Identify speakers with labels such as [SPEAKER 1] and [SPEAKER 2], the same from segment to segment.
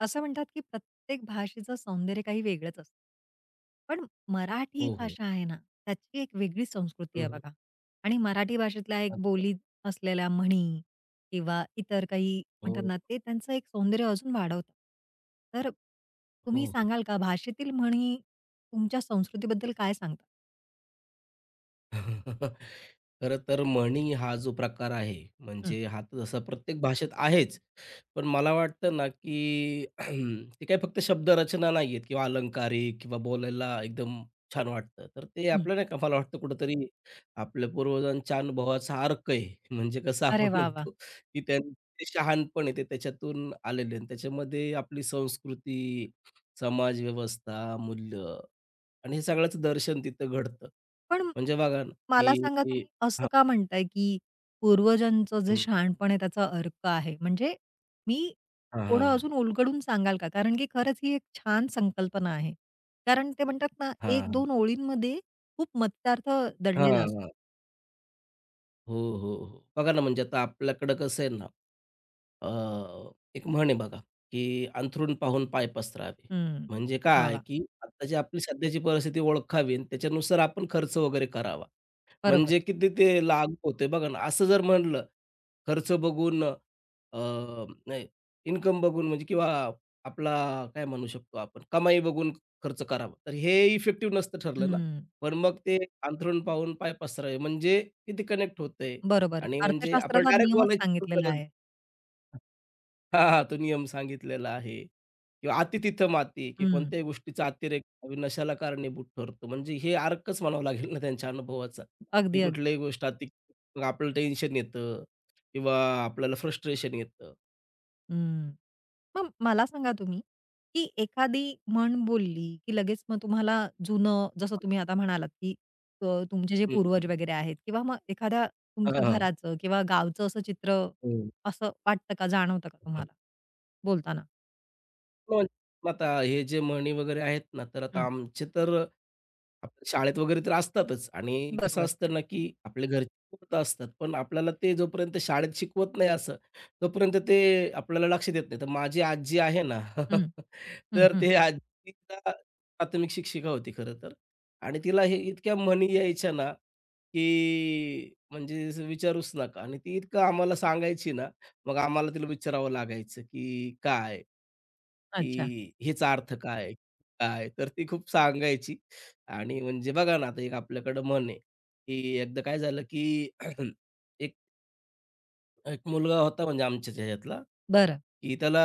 [SPEAKER 1] असं म्हणतात, की प्रत्येक भाषेचं सौंदर्य काही वेगळंच असतं. पण मराठी
[SPEAKER 2] हो, हो.
[SPEAKER 1] भाषा आहे ना, त्याची एक वेगळी संस्कृती
[SPEAKER 2] हं,
[SPEAKER 1] आहे
[SPEAKER 2] हं.
[SPEAKER 1] बघा. आणि मराठी भाषेतल्या एक
[SPEAKER 2] अच्छा.
[SPEAKER 1] बोली असलेल्या म्हणी किंवा इतर काही म्हणतात
[SPEAKER 2] हो,
[SPEAKER 1] ना, ते त्यांचं एक सौंदर्य अजून वाढवतं. तर
[SPEAKER 2] हो,
[SPEAKER 1] तुम्ही
[SPEAKER 2] हो.
[SPEAKER 1] सांगाल का भाषेतील म्हणी तुमच्या संस्कृतीबद्दल काय सांगतात?
[SPEAKER 2] खरं तर म्हणी हा जो प्रकार आहे,
[SPEAKER 1] हं,
[SPEAKER 2] म्हणजे हा तर जसा प्रत्येक भाषेत आहेच. पण मला वाटतं ना, की ते काही फक्त शब्दरचना नाहीयेत किंवा अलंकारिक किंवा बोलायला एकदम छान वाटतं. तर ते
[SPEAKER 1] हं.
[SPEAKER 2] आपलं नाही का, मला वाटतं कुठेतरी आपल्या पूर्वजांच्या अनुभवाचा अर्क आहे. म्हणजे कसं
[SPEAKER 1] अरे
[SPEAKER 2] आपण
[SPEAKER 1] वाह! वाह!
[SPEAKER 2] म्हणतो, की त्यांचे शहाणपण आहे ते त्याच्यातून आलेले, आणि त्याच्यामध्ये आपली संस्कृती, समाजव्यवस्था, मूल्य आणि हे सगळ्याचं दर्शन तिथं घडतं.
[SPEAKER 1] पण
[SPEAKER 2] म्हणजे बघा ना,
[SPEAKER 1] मला
[SPEAKER 2] की
[SPEAKER 1] सांगा
[SPEAKER 2] की
[SPEAKER 1] तुम्ही असं
[SPEAKER 2] हां,
[SPEAKER 1] का म्हणताय, की पूर्वजांचं जे
[SPEAKER 2] हं.
[SPEAKER 1] शहाणपण आहे त्याचा अर्क आहे? म्हणजे मी
[SPEAKER 2] हां,
[SPEAKER 1] थोडं
[SPEAKER 2] हां,
[SPEAKER 1] अजून उलगडून सांगाल का? कारण की खरंच ही एक छान संकल्पना आहे. कारण ते म्हणतात ना
[SPEAKER 2] हां,
[SPEAKER 1] 1-2 ओळींमध्ये खूप मत्स्यार्थ
[SPEAKER 2] हां,
[SPEAKER 1] दडलेला असतो.
[SPEAKER 2] हां. हो, हो, हो. बघा ना, म्हणजे आता आपल्याकडं कसं आहे ना, अ, एक म्हण आहे बघा, की अंथरूण पाहून पाय पसरावे.
[SPEAKER 1] हं.
[SPEAKER 2] म्हणजे
[SPEAKER 1] वाह!
[SPEAKER 2] काय,
[SPEAKER 1] वाह!
[SPEAKER 2] की आत्ताची आपली सध्याची परिस्थिती ओळखावी आणि त्याच्यानुसार आपण खर्च वगैरे करावा.
[SPEAKER 1] बरोबर.
[SPEAKER 2] म्हणजे किती ते लागू होते बघा ना. असं जर म्हणलं खर्च बघून नाही, इन्कम बघून म्हणजे किंवा आपला काय म्हणू शकतो आपण कमाई बघून खर्च करावा, तर हे इफेक्टिव्ह नसतं ठरलं ना.
[SPEAKER 1] हं.
[SPEAKER 2] पण मग ते अंथरूण पाहून पाय पसरावे म्हणजे किती कनेक्ट होतंय.
[SPEAKER 1] बरोबर.
[SPEAKER 2] आणि म्हणजे आपण
[SPEAKER 1] अर्थशास्त्राचा
[SPEAKER 2] डायरेक्ट
[SPEAKER 1] नियमच
[SPEAKER 2] बोलायची पण
[SPEAKER 1] सांगितलेला
[SPEAKER 2] गरज
[SPEAKER 1] आहे.
[SPEAKER 2] हां, हां. तो नियम सांगितलेला आहे किंवा "अति तिथं माती", की
[SPEAKER 1] हं.
[SPEAKER 2] कोणत्याही गोष्टीचा अतिरेक विनाशाला कारणीभूत ठरतो. म्हणजे हे अर्कच म्हणावं लागेल ना त्यांच्या अनुभवाचा, की
[SPEAKER 1] अगदी, अगदी.
[SPEAKER 2] कुठलीही गोष्ट अति मग आपल्याला टेन्शन येतं किंवा आपल्याला फ्रस्ट्रेशन येतं.
[SPEAKER 1] हं. मग मला सांगा तुम्ही, की एखादी म्हण बोलली, की लगेच मग तुम्हाला जुनं जसं तुम्ही आता म्हणालात, की अ, तुमचे जे
[SPEAKER 2] हं,
[SPEAKER 1] पूर्वज
[SPEAKER 2] हं.
[SPEAKER 1] वगैरे आहेत किंवा मग एखाद्या तुमच्या
[SPEAKER 2] हां, हां.
[SPEAKER 1] घराचं किंवा गावचं असं चित्र असं वाटतं का, जाणवतं का तुम्हाला बोलताना?
[SPEAKER 2] मग आता हे जे म्हणी वगैरे आहेत ना, तर आता
[SPEAKER 1] हं.
[SPEAKER 2] आमचे तर आपल्या शाळेत वगैरे तर असतातच, आणि कसं
[SPEAKER 1] बरोबर.
[SPEAKER 2] असतं ना, की आपल्या घरचे खूप असतात. पण आपल्याला ते जोपर्यंत शाळेत शिकवत नाही असं, तोपर्यंत ते आपल्याला लक्ष देत नाही. तर माझी आजी आहे ना,
[SPEAKER 1] हं, हं,
[SPEAKER 2] तर
[SPEAKER 1] हं.
[SPEAKER 2] ते आजीला, प्राथमिक शिक्षिका होती खरं तर, आणि तिला हे इतक्या म्हणी यायच्या ना, की म्हणजे असं विचारूच नका, आणि ती इतकं आम्हाला सांगायची ना, मग आम्हाला तिला विचारावं लागायचं, की काय?
[SPEAKER 1] अच्छा.
[SPEAKER 2] की ह्याचा अर्थ काय? काय? तर ती खूप सांगायची. आणि म्हणजे बघा ना, आता एक आपल्याकडं म्हण आहे, की एकदा काय झालं, की एक एक मुलगा होता म्हणजे आमच्याच ह्याच्यातला,
[SPEAKER 1] बरं.
[SPEAKER 2] की त्याला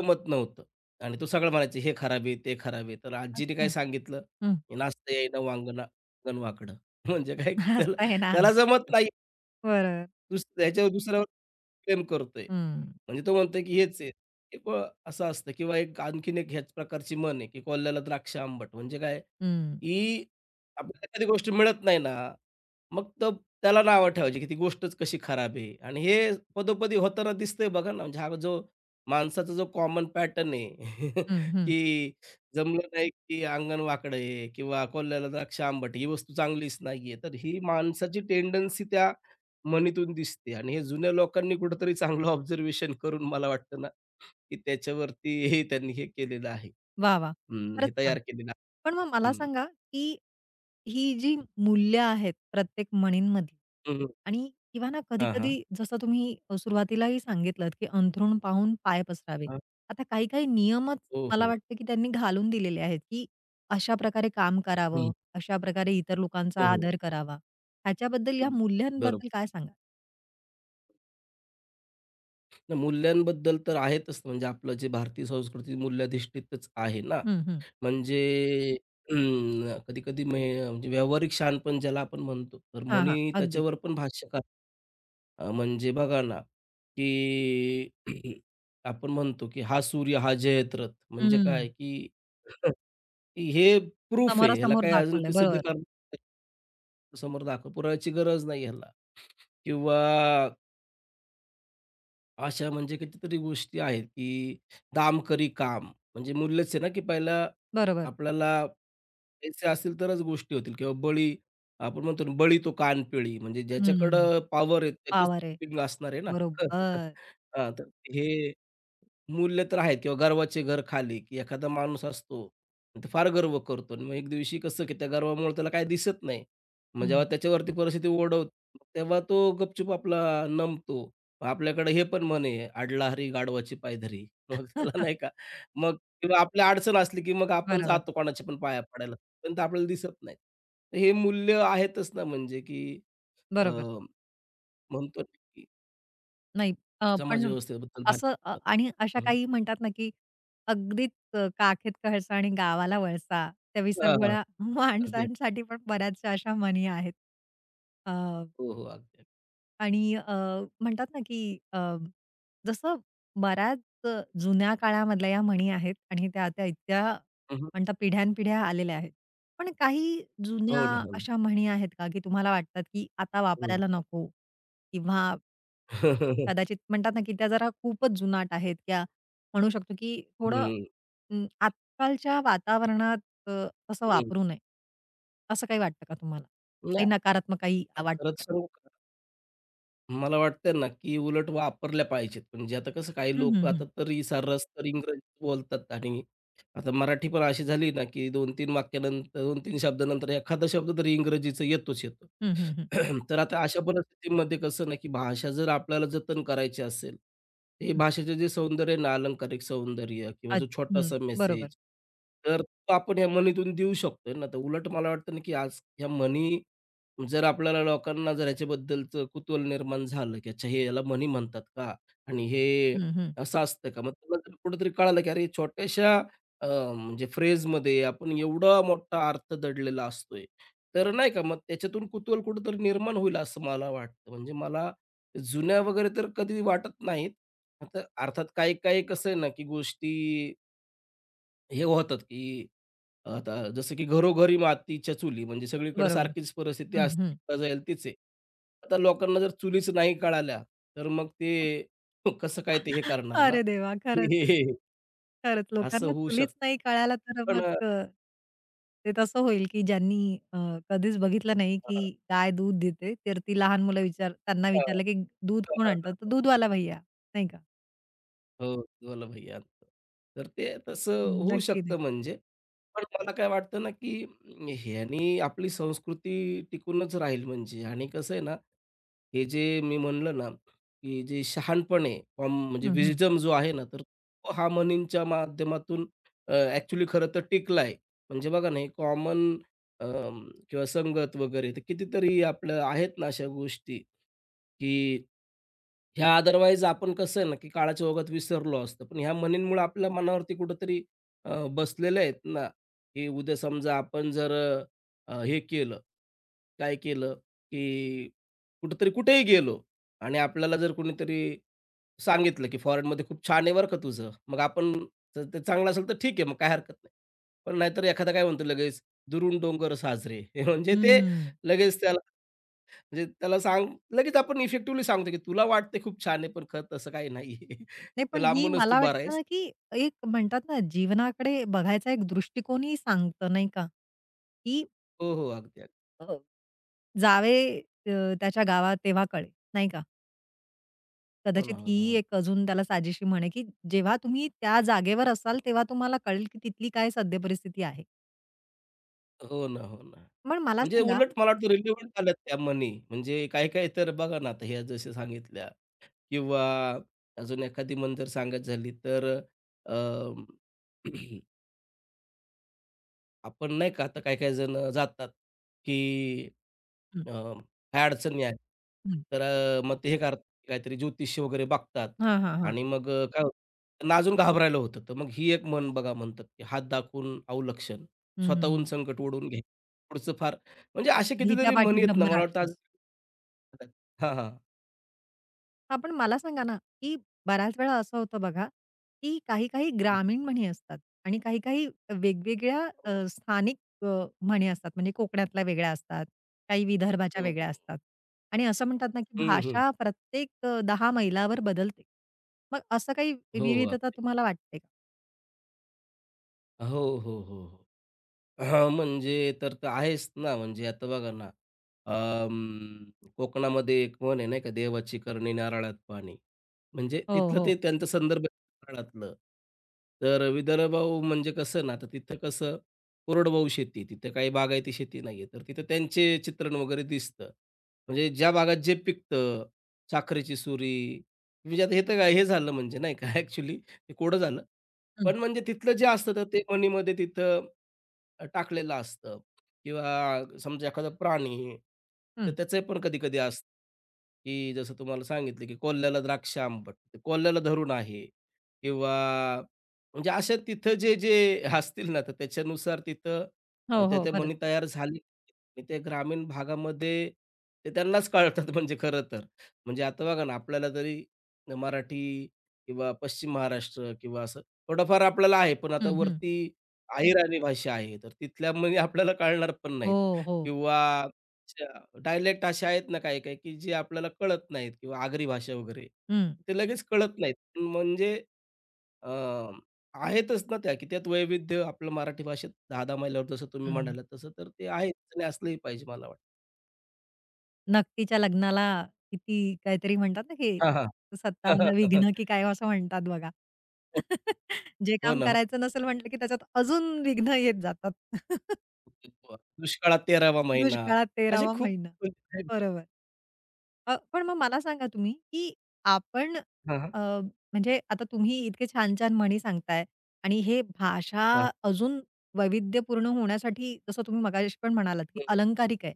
[SPEAKER 2] जमत नव्हतं आणि तो सगळं म्हणायचा, "हे खराब आहे, ते खराब आहे." तर आजीने काय
[SPEAKER 1] अच्छा.
[SPEAKER 2] सांगितलं,
[SPEAKER 1] हं.
[SPEAKER 2] की "नाचता येईना वांगना अंगण वाकडं." म्हणजे काय, की त्याला
[SPEAKER 1] हसताय ना.
[SPEAKER 2] त्याला जमत नाही,
[SPEAKER 1] बरं.
[SPEAKER 2] त्याच्यावर दुसऱ्यावर प्रेम करतोय.
[SPEAKER 1] हं,
[SPEAKER 2] म्हणजे तो म्हणतोय की हेच आहे. हे प असं असतं, किंवा एक आणखीन एक ह्याच प्रकारची म्हण आहे, की "कोल्ह्याला द्राक्ष आंबट." म्हणजे काय,
[SPEAKER 1] हं,
[SPEAKER 2] की आपल्याला एखादी गोष्ट मिळत नाही ना, मग तर त्याला नावं ठेवायची, की ती गोष्टच कशी खराब आहे. आणि हे पदोपदी होताना दिसतंय बघा ना, म्हणजे हा जो माणसाचा जो कॉमन पॅटर्न आहे,
[SPEAKER 1] हं, हं.
[SPEAKER 2] की जमलं नाही, की अंगण वाकडं आहे किंवा कोल्ह्याला द्राक्ष आंबट, ही वस्तू चांगलीच नाहीये. तर ही माणसाची टेंडन्सी त्या मणीतून दिसते, आणि हे जुन्या लोकांनी कुठेतरी चांगलं ऑब्झर्वेशन करून, मला वाटतं ना, की त्याच्यावरती हे त्यांनी हे केलेलं आहे.
[SPEAKER 1] वाह! वाह!
[SPEAKER 2] हं, हे
[SPEAKER 1] खरंच छान.
[SPEAKER 2] तयार केलेलं आहे.
[SPEAKER 1] पण मग मला
[SPEAKER 2] हं,
[SPEAKER 1] सांगा, की ही जी मूल्य आहेत प्रत्येक म्हणींमधली
[SPEAKER 2] हं, हं.
[SPEAKER 1] आणि किंवा ना
[SPEAKER 2] हां,
[SPEAKER 1] कधी-कधी
[SPEAKER 2] हां.
[SPEAKER 1] जसं तुम्ही सुरुवातीलाही सांगितलत, की अंथरूण पाहून पाय पसरावे.
[SPEAKER 2] हां.
[SPEAKER 1] आता काही-काही नियमच
[SPEAKER 2] हो,
[SPEAKER 1] मला
[SPEAKER 2] हो.
[SPEAKER 1] वाटतं, की त्यांनी घालून दिलेले आहेत, की अशा प्रकारे काम करावं,
[SPEAKER 2] हं.
[SPEAKER 1] अशा प्रकारे इतर
[SPEAKER 2] हो,
[SPEAKER 1] लोकांचा
[SPEAKER 2] हो.
[SPEAKER 1] आदर करावा. ह्याच्याबद्दल या
[SPEAKER 2] हं, बरोबर.
[SPEAKER 1] मूल्यांबद्दल काय सांगाल?
[SPEAKER 2] नाही, मूल्यांबद्दल तर आहेतच, म्हणजे आपलं जे भारतीय संस्कृती मूल्याधिष्ठितच आहे ना.
[SPEAKER 1] हं, हं.
[SPEAKER 2] म्हणजे कधी-कधी म्हणजे व्यावहारिक शहाणपण ज्याला आपण म्हणतो, तर
[SPEAKER 1] हां, हां.
[SPEAKER 2] म्हणी
[SPEAKER 1] अगदी.
[SPEAKER 2] त्याच्यावर पण भाष्य करतात. म्हणजे बघा ना, की आपण म्हणतो, की "हा सूर्य हा जयत्रथ." म्हणजे
[SPEAKER 1] हं.
[SPEAKER 2] काय, की की हे प्रूफ आहे. ह्याला
[SPEAKER 1] समोरासमोर
[SPEAKER 2] काही अजून
[SPEAKER 1] दाखवलंय.
[SPEAKER 2] की सिद्ध
[SPEAKER 1] बरोबर.
[SPEAKER 2] करण्याची, समोर दाखव पुराव्याची गरज नाही ह्याला. किंवा अशा म्हणजे कितीतरी गोष्टी आहेत, की "दाम करी काम." म्हणजे मूल्यच आहे ना, की पहिला
[SPEAKER 1] बरोबर.
[SPEAKER 2] आपल्याला पैसे असतील तरच गोष्टी होतील, किंवा बळी आपण म्हणतो ना, "बळी तो कानपिळी." म्हणजे
[SPEAKER 1] हं.
[SPEAKER 2] ज्याच्याकडं पॉवर आहे त्याचंच
[SPEAKER 1] वाह!
[SPEAKER 2] कुकिंग असणार आहे ना.
[SPEAKER 1] बरोबर.
[SPEAKER 2] हां, तर हे मूल्य तर आहेत, किंवा गर्वाचे घर खाली, की एखादा माणूस असतो, तो फार गर्व करतो आणि मग एक दिवशी कसं, की त्या गर्वामुळे त्याला काही दिसत नाही. मग जेव्हा
[SPEAKER 1] हं.
[SPEAKER 2] त्याच्यावरती परिस्थिती ओढवते, तेव्हा तो गपचूप आपला नमतो. आपल्याकडे हे पण म्हण आहे, "अडला हरी गाढवाची पायधरी." मग त्याला नाही का, मग किंवा आपल्या अडचण असली, की मग आपण
[SPEAKER 1] बरोबर,
[SPEAKER 2] जातो कोणाच्या पण पाया पडायला, पण ते आपल्याला दिसत नाही. तर हे मूल्य आहेतच ना म्हणजे, की अ,
[SPEAKER 1] बरोबर.
[SPEAKER 2] म्हणतो ना, की
[SPEAKER 1] नाही पण
[SPEAKER 2] समाजव्यवस्थेबद्दल भाष्य
[SPEAKER 1] असं
[SPEAKER 2] करतात.
[SPEAKER 1] आणि अशा
[SPEAKER 2] हं, हं.
[SPEAKER 1] काही म्हणतात ना, की अगदीच काखेत कळसा आणि गावाला वळसा त्या
[SPEAKER 2] हां, हां.
[SPEAKER 1] विसरगोळ्या
[SPEAKER 2] अगदी.
[SPEAKER 1] माणसांसाठी पण बऱ्याचशा अशा म्हणी आहेत. अ
[SPEAKER 2] हो, हो. अगदी.
[SPEAKER 1] आणि म्हणतात ना, की जसं बऱ्याच जुन्या काळामधल्या या म्हणी आहेत आणि त्या आता इतक्या
[SPEAKER 2] हं, हं.
[SPEAKER 1] म्हणतात पिढ्यानपिढ्या आलेल्या आहेत. पण काही जुन्या
[SPEAKER 2] हो ना, हो ना.
[SPEAKER 1] अशा म्हणी आहेत का, की तुम्हाला वाटतात, की आता
[SPEAKER 2] हं.
[SPEAKER 1] वापरायला नको किंवा कदाचित म्हणतात ना, की त्या जरा खूपच जुनाट आहेत त्या म्हणू शकतो, की थोडं
[SPEAKER 2] हं.
[SPEAKER 1] आजकालच्या वातावरणात तसं
[SPEAKER 2] हं.
[SPEAKER 1] वापरू नये. असं काही वाटतं का तुम्हाला? काही
[SPEAKER 2] नाही,
[SPEAKER 1] नकारात्मक काही वाटतं
[SPEAKER 2] खरंच
[SPEAKER 1] का?
[SPEAKER 2] सांगू का? मला वाटतं ना, की उलट वापरल्या पाहिजेत. म्हणजे आता कसं काही
[SPEAKER 1] हं,
[SPEAKER 2] लोक आता
[SPEAKER 1] हं,
[SPEAKER 2] तरी सर्रास तर इंग्रजीत बोलतात, आणि आता मराठी पण अशी झाली ना, की 2-3 वाक्यानंतर 2-3 शब्दानंतर एखादा शब्द तरी इंग्रजीचा येतोच येतो.
[SPEAKER 1] हं, हं, हं,
[SPEAKER 2] तर आता अशा परिस्थितीमध्ये कसं ना, की भाषा जर आपल्याला जतन करायची असेल, हे
[SPEAKER 1] हं.
[SPEAKER 2] भाषेचे जे सौंदर्य आहे ना, अलंकारिक सौंदर्य किंवा
[SPEAKER 1] अच्छ
[SPEAKER 2] जो
[SPEAKER 1] हं,
[SPEAKER 2] छोटासा
[SPEAKER 1] बरोबर.
[SPEAKER 2] मेसेज, तर तो आपण ह्या म्हणीतून देऊ शकतोय ना. तर उलट मला वाटतं ना, की आज ह्या म्हणी जर आपल्याला, लोकांना जर ह्याच्याबद्दलचं कुतूहल निर्माण झालं, की अच्छा हे याला मनी म्हणतात का? आणि हे
[SPEAKER 1] हं, हं.
[SPEAKER 2] असं असतं का? मग तुला जर कुठेतरी कळालं, की अरे, छोट्याशा अ, म्हणजे फ्रेजमध्ये आपण एवढा मोठा अर्थ दडलेला असतोय. तर नाही का मग त्याच्यातून कुतूहल कुठेतरी निर्माण होईल, असं मला वाटतं. म्हणजे मला जुन्या वगैरे तर कधी वाटत नाहीत. आता अर्थात काही काही कसं आहे ना, की गोष्टी हे होतात, की आता जसं की घरोघरी मातीच्या चुली, म्हणजे सगळीकडे
[SPEAKER 1] बरोबर.
[SPEAKER 2] सारखीच परिस्थिती
[SPEAKER 1] हं,
[SPEAKER 2] असते
[SPEAKER 1] हं.
[SPEAKER 2] का, जाईल तीच आहे. आता लोकांना जर चुलीच नाही कळाल्या, तर मग ते कसं काय ते हे करणार ना?
[SPEAKER 1] अरे देवा! खरंच, खरंच
[SPEAKER 2] असं
[SPEAKER 1] लोकांना
[SPEAKER 2] होऊ शकतं.
[SPEAKER 1] चुलीच नाही कळायला तर
[SPEAKER 2] पण
[SPEAKER 1] मग ते तसं होईल, की ज्यांनी अ, कधीच बघितलं नाही, की गाय दूध देते, तर ती लहान मुलं त्यांना
[SPEAKER 2] हां,
[SPEAKER 1] विचारलं, की दूध कोण आणतं? तर दूधवाला भैय्या, नाही का?
[SPEAKER 2] हो, बोला भैया. तर ते तसं
[SPEAKER 1] हं,
[SPEAKER 2] होऊ
[SPEAKER 1] नक्की,
[SPEAKER 2] शकतं
[SPEAKER 1] नक्की.
[SPEAKER 2] म्हणजे. पण मला काय वाटतं ना, की ह्यानी आपली संस्कृती टिकूनच राहील म्हणजे, आणि कसं आहे ना, हे जे मी म्हणलं ना, की जे शहाणपण आहे, म्हणजे
[SPEAKER 1] हं, हं.
[SPEAKER 2] विस्डम जो आहे ना, तर तो हार्मनीच्या माध्यमातून ॲक्चुअली खरं तर टिकला आहे. म्हणजे बघा ना, हे कॉमन अ, किंवा संगत वगैरे, तर कितीतरी आपलं आहेत ना अशा गोष्टी, की ह्या अदरवाईज आपण कसं आहे ना, की काळाच्या ओघात विसरलो असतो. पण ह्या म्हणींमुळे आपल्या मनावरती कुठेतरी बसलेले आहेत ना, की उद्या समजा आपण जर हे केलं, काय केलं, की कुठेतरी कुठेही गेलो आणि आपल्याला जर कुणीतरी सांगितलं, की "फॉरेनमध्ये खूप छान आहे बरं का तुझं." मग आपण, जर ते चांगलं असेल तर ठीक आहे, मग काय हरकत नाही. पण नाहीतर एखादा काय म्हणतो लगेच, "दुरून डोंगर साजरे." म्हणजे ते
[SPEAKER 1] हं.
[SPEAKER 2] लगेच त्याला, म्हणजे त्याला सांग, लगेच आपण इफेक्टिव्हली सांगतो, की तुला वाटते खूप छान आहे, पण खरं तसं काही नाहीये.
[SPEAKER 1] नाही
[SPEAKER 2] तर
[SPEAKER 1] पण ही
[SPEAKER 2] लांबूनच तू
[SPEAKER 1] मला
[SPEAKER 2] बरा
[SPEAKER 1] वाटतं
[SPEAKER 2] आहेस.
[SPEAKER 1] ना, की एक म्हणतात ना, जीवनाकडे बघायचा एक दृष्टिकोनही सांगतं, नाही का? की
[SPEAKER 2] हो, हो. अगदी, अगदी.
[SPEAKER 1] अ, जावे त्याच्या गावात तेव्हा कळेल, नाही का?
[SPEAKER 2] हो ना,
[SPEAKER 1] कदाचित
[SPEAKER 2] हो
[SPEAKER 1] ही
[SPEAKER 2] ना, हो ना.
[SPEAKER 1] एक अजून त्याला साजेशी म्हण की जेव्हा तुम्ही त्या जागेवर असाल, तेव्हा तुम्हाला कळेल, की तिथली काय सद्य परिस्थिती आहे.
[SPEAKER 2] हो ना, हो ना.
[SPEAKER 1] पण मला
[SPEAKER 2] म्हणजे
[SPEAKER 1] सांगा
[SPEAKER 2] उलट मला वाटतं रिलेव्हंट आल्यात त्या म्हणी. म्हणजे काही-काही तर बघा ना, आता ह्या जशा सांगितल्या, किंवा अजून एखादी म्हण जर सांगायची झाली तर अ, आपण नाही का आता काही-काही जण जातात, की
[SPEAKER 1] हं,
[SPEAKER 2] ह्या अडचणी आहेत.
[SPEAKER 1] हं.
[SPEAKER 2] तर मग ते हे करतात, काहीतरी ज्योतिष वगैरे बघतात,
[SPEAKER 1] हां, हां, हां.
[SPEAKER 2] आणि मग काय होतं, त्यांना अजून घाबरायला होतं. तर मग ही एक मन बघा म्हणतात, की हात दाखवून अवलक्षण,
[SPEAKER 1] हं, हं,
[SPEAKER 2] स्वतःहून
[SPEAKER 1] हं.
[SPEAKER 2] संकट ओढवून घ्यायचं. पुढचं फार म्हणजे असे कितीतरी म्हणी
[SPEAKER 1] भीत्यापाठी
[SPEAKER 2] आहेत ना, मला वाटतं आज
[SPEAKER 1] ब्रह्मराक्षस.
[SPEAKER 2] हां, हां.
[SPEAKER 1] हां, पण मला सांगा ना, की बऱ्याच वेळा असं होतं बघा, की काही-काही
[SPEAKER 2] हं.
[SPEAKER 1] ग्रामीण म्हणी असतात आणि काही-काही वेगवेगळ्या स्थानिक म्हणी असतात. म्हणजे कोकणातल्या वेगळ्या असतात, काही
[SPEAKER 2] हो,
[SPEAKER 1] विदर्भाच्या
[SPEAKER 2] हो.
[SPEAKER 1] वेगळ्या
[SPEAKER 2] हो.
[SPEAKER 1] असतात आणि असं म्हणतात ना, की
[SPEAKER 2] हं,
[SPEAKER 1] भाषा प्रत्येक 10 मैलावर बदलते. मग असं काही
[SPEAKER 2] हो, हो.
[SPEAKER 1] विविधता
[SPEAKER 2] अगदी.
[SPEAKER 1] तुम्हाला वाटते का?
[SPEAKER 2] हो, हो, हो, हो. हां, म्हणजे तर तर आहेच ना, म्हणजे आता बघा ना, कोकणामध्ये एक म्हण आहे नाही का, देवाची करणी नारळात पाणी. म्हणजे
[SPEAKER 1] हो,
[SPEAKER 2] तिथलं
[SPEAKER 1] हो.
[SPEAKER 2] ते त्यांचा संदर्भ आहे नारळातलं. तर विदर्भ म्हणजे कसं ना, तर तिथं कसं कोरडवाहू शेती, तिथं काही बागायती शेती नाही, तर तिथं त्यांचे चित्रण वगैरे दिसतं. म्हणजे ज्या भागात जे पिकतं, साखरेची सुरी, म्हणजे आता हे तर काय हे झालं म्हणजे नाही का, ॲक्चुअली ते कोडं झालं.
[SPEAKER 1] हं,
[SPEAKER 2] पण म्हणजे तिथलं जे असतं तर ते मणीमध्ये तिथं टाकलेलं असतं, किंवा समजा एखादा प्राणी, तर
[SPEAKER 1] हं.
[SPEAKER 2] त्याचं पण कधी-कधी असतं, की जसं तुम्हाला सांगितलं, की कोल्ह्याला द्राक्ष आंबट, ते कोल्ह्याला धरून आहे, किंवा म्हणजे अशा तिथं जे जे असतील ना, तर त्याच्यानुसार तिथं
[SPEAKER 1] हो, हो.
[SPEAKER 2] त्या-त्या
[SPEAKER 1] परत.
[SPEAKER 2] म्हणी तयार झाली. आणि ते ग्रामीण भागामध्ये ते त्यांनाच कळतात म्हणजे खरं तर. म्हणजे आता बघा ना, आपल्याला तरी मराठी किंवा पश्चिम महाराष्ट्र किंवा असं थोडंफार आपल्याला आहे. पण आता
[SPEAKER 1] हं, हं.
[SPEAKER 2] वरती अहिराणी भाषा आहे, तर तिथल्या म्हणजे आपल्याला कळणार पण नाहीत,
[SPEAKER 1] हो, हो.
[SPEAKER 2] किंवा डायलेक्ट असे आहेत ना काही-काही, की जे आपल्याला कळत नाहीत, किंवा आगरी भाषा वगैरे,
[SPEAKER 1] हं,
[SPEAKER 2] ते लगेच कळत नाहीत. म्हणजे अ, आहेतच ना त्या, की त्यात वैविध्य आपलं मराठी भाषेत 10-10 मैलावर, जसं तुम्ही
[SPEAKER 1] हं.
[SPEAKER 2] म्हणालात तसं, तर ते आहेच आणि असलंही पाहिजे मला वाटतं.
[SPEAKER 1] नकटीच्या लग्नाला किती काहीतरी म्हणतात ना, की
[SPEAKER 2] हां, हां.
[SPEAKER 1] "57 विघ्न" की काय असं म्हणतात बघा.
[SPEAKER 2] हो,
[SPEAKER 1] जे
[SPEAKER 2] हो
[SPEAKER 1] काम
[SPEAKER 2] ना.
[SPEAKER 1] करायचं नसेल म्हटलं, की त्याच्यात अजून विघ्न येत जातात.
[SPEAKER 2] हो. दुष्काळात 13वा महिना.
[SPEAKER 1] दुष्काळात
[SPEAKER 2] असे
[SPEAKER 1] 13वा
[SPEAKER 2] खूप
[SPEAKER 1] महिना. बरोबर. पण मग मला सांगा तुम्ही, की आपण
[SPEAKER 2] हां, हां.
[SPEAKER 1] अ, म्हणजे आता तुम्ही इतके छान-छान म्हणी सांगताय आणि हे भाषा
[SPEAKER 2] हां.
[SPEAKER 1] अजून वैविध्यपूर्ण होण्यासाठी जसं तुम्ही मगाशी पण म्हणालात, की
[SPEAKER 2] हं,
[SPEAKER 1] अलंकारिक आहे.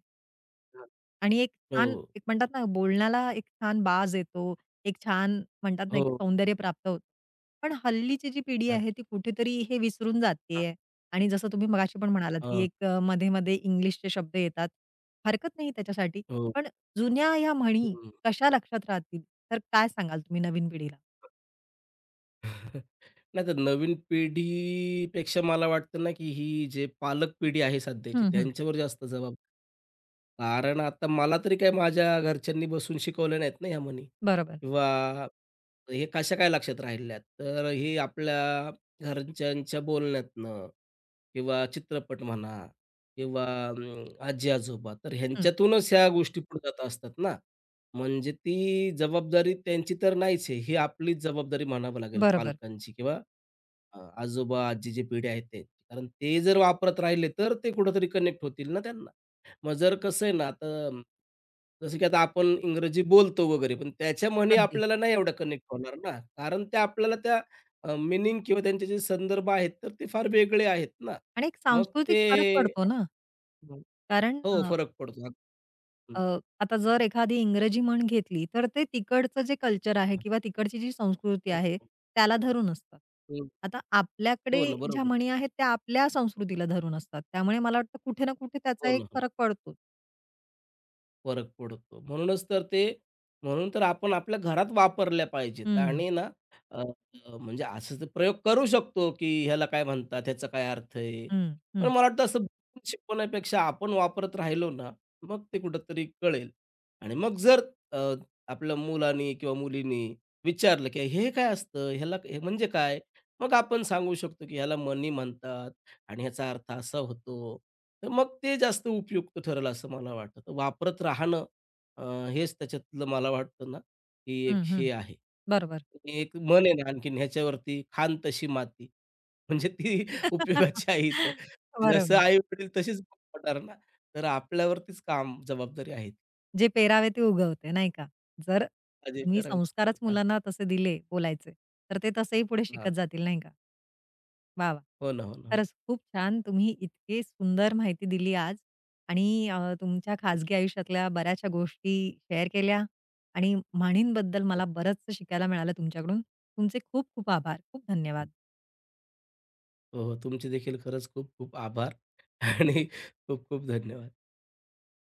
[SPEAKER 2] हां.
[SPEAKER 1] आणि एक
[SPEAKER 2] हो,
[SPEAKER 1] छान एक म्हणतात ना, बोलण्याला एक छान बाज येतो. एक छान म्हणतात ना, एक
[SPEAKER 2] हो.
[SPEAKER 1] सौंदर्य प्राप्त होतं. पण हल्लीची जी पिढी
[SPEAKER 2] हां,
[SPEAKER 1] आहे, ती कुठेतरी हे विसरून
[SPEAKER 2] हां.
[SPEAKER 1] जातीये आणि जसं तुम्ही मगाशी पण म्हणालात, की एक मध्ये-मध्ये इंग्लिशचे शब्द येतात. हरकत नाही त्याच्यासाठी.
[SPEAKER 2] हो.
[SPEAKER 1] पण जुन्या ह्या म्हणी
[SPEAKER 2] हं.
[SPEAKER 1] कशा लक्षात राहतील? तर काय सांगाल तुम्ही नवीन पिढीला?
[SPEAKER 2] नाही, तर नवीन पिढीपेक्षा मला वाटतं ना, की ही जे पालक पिढी आहे सध्याची
[SPEAKER 1] हं, हं.
[SPEAKER 2] त्यांच्यावर जास्त जबाबदारी, कारण आता मला तरी काय माझ्या घरच्यांनी बसून शिकवल्या नाहीत ना ह्या म्हणी,
[SPEAKER 1] बरोबर.
[SPEAKER 2] किंवा हे कशा काय लक्षात राहिल्यात. तर हे आपल्या घरच्यांच्या बोलण्यातनं किंवा चित्रपट म्हणा किंवा आजी-आजोबा, तर
[SPEAKER 1] हं.
[SPEAKER 2] ह्यांच्यातूनच ह्या गोष्टी पुढे जात असतात ना. म्हणजे ती जबाबदारी त्यांची तर नाहीच आहे. ही आपलीच जबाबदारी म्हणावं लागेल
[SPEAKER 1] बरोबर.
[SPEAKER 2] पालकांची किंवा आजोबा-आजीची पिढी आहे ते. कारण ते जर वापरत राहिले, तर ते कुठेतरी कनेक्ट होतील ना त्यांना. मग जर कसं आहे ना, आता जसं की आता आपण इंग्रजी बोलतो वगैरे, पण त्याच्या म्हणी
[SPEAKER 1] अगदी.
[SPEAKER 2] आपल्याला नाही एवढं कनेक्ट होणार ना. कारण त्या आपल्याला त्या अ, किंवा त्यांचे जे संदर्भ आहेत, तर ते फार वेगळे आहेत ना.
[SPEAKER 1] आणि एक
[SPEAKER 2] मग ते
[SPEAKER 1] सांस्कृतिक फरक पडतो ना, कारण
[SPEAKER 2] हो,
[SPEAKER 1] अ
[SPEAKER 2] फरक पडतो.
[SPEAKER 1] अ,
[SPEAKER 2] हं.
[SPEAKER 1] आता जर एखादी इंग्रजी म्हण घेतली, तर ते तिकडचं जे कल्चर आहे किंवा तिकडची जी संस्कृती
[SPEAKER 2] हो,
[SPEAKER 1] आहे,
[SPEAKER 2] हो.
[SPEAKER 1] त्याला धरून असतात.
[SPEAKER 2] हं.
[SPEAKER 1] आता आपल्याकडे
[SPEAKER 2] हो ना,
[SPEAKER 1] ज्या
[SPEAKER 2] बरोबर.
[SPEAKER 1] म्हणी आहेत, त्या आपल्या संस्कृतीला धरून असतात. त्यामुळे मला वाटतं कुठे ना कुठे त्याचा
[SPEAKER 2] हो
[SPEAKER 1] एक
[SPEAKER 2] ना.
[SPEAKER 1] फरक पडतो.
[SPEAKER 2] फरक पडतो. म्हणूनच तर ते, म्हणून तर आपण आपल्या घरात वापरल्या पाहिजेत
[SPEAKER 1] हं,
[SPEAKER 2] आणि ना, अ, अ, म्हणजे असं तर प्रयोग करू शकतो, की ह्याला काय म्हणतात, ह्याचा काय अर्थ आहे.
[SPEAKER 1] हं,
[SPEAKER 2] पण
[SPEAKER 1] हं,
[SPEAKER 2] मला वाटतं असं बघून शिकवण्यापेक्षा आपण वापरत राहिलो ना, मग ते कुठेतरी कळेल, आणि मग जर अ, आपल्या मुलानी किंवा मुलीनी विचारलं, की "हे काय असतं? ह्याला हे म्हणजे काय?" मग आपण सांगू शकतो, की "ह्याला मणी म्हणतात." आणि ह्याचा अर्थ असा होतो. तर मग ते जास्त उपयुक्त ठरेल असं मला वाटतं. तर वापरत राहणं अ, हेच त्याच्यातलं मला वाटतं ना, की एक
[SPEAKER 1] हं, हं.
[SPEAKER 2] हे आहे.
[SPEAKER 1] बरोबर.
[SPEAKER 2] आणि एक म्हण आहे ना आणखीन ह्याच्यावरती, "खाण तशी माती." म्हणजे ती उपयोगाची आहे तर. जसं
[SPEAKER 1] बरोबर.
[SPEAKER 2] आई-वडील तसेच पटणार ना, तर आपल्यावरतीच काम जबाबदारी आहे.
[SPEAKER 1] जे पेरावे ते उगवते, नाही का? जर
[SPEAKER 2] काळजी
[SPEAKER 1] तुम्ही
[SPEAKER 2] करावी
[SPEAKER 1] संस्कारच मुलांना तसे दिले बोलायचे, तर ते तसेही पुढे शिकत
[SPEAKER 2] हां.
[SPEAKER 1] जातील, नाही का? वाह! वाह!
[SPEAKER 2] हो ना, हो ना, हो. ना.
[SPEAKER 1] खरंच खूप छान. तुम्ही इतके सुंदर माहिती दिली आज आणि तुमच्या
[SPEAKER 2] हो,
[SPEAKER 1] खाजगी आयुष्यातल्या बऱ्याचशा गोष्टी शेअर केल्या आणि म्हणींबद्दल
[SPEAKER 2] हो.
[SPEAKER 1] मला बरंचसं शिकायला मिळालं तुमच्याकडून. तुमचे खूप खूप आभार. खूप
[SPEAKER 2] हो.
[SPEAKER 1] धन्यवाद.
[SPEAKER 2] हो, हो. तुमचे देखील खरंच खूप खूप आभार आणि खूप खूप धन्यवाद.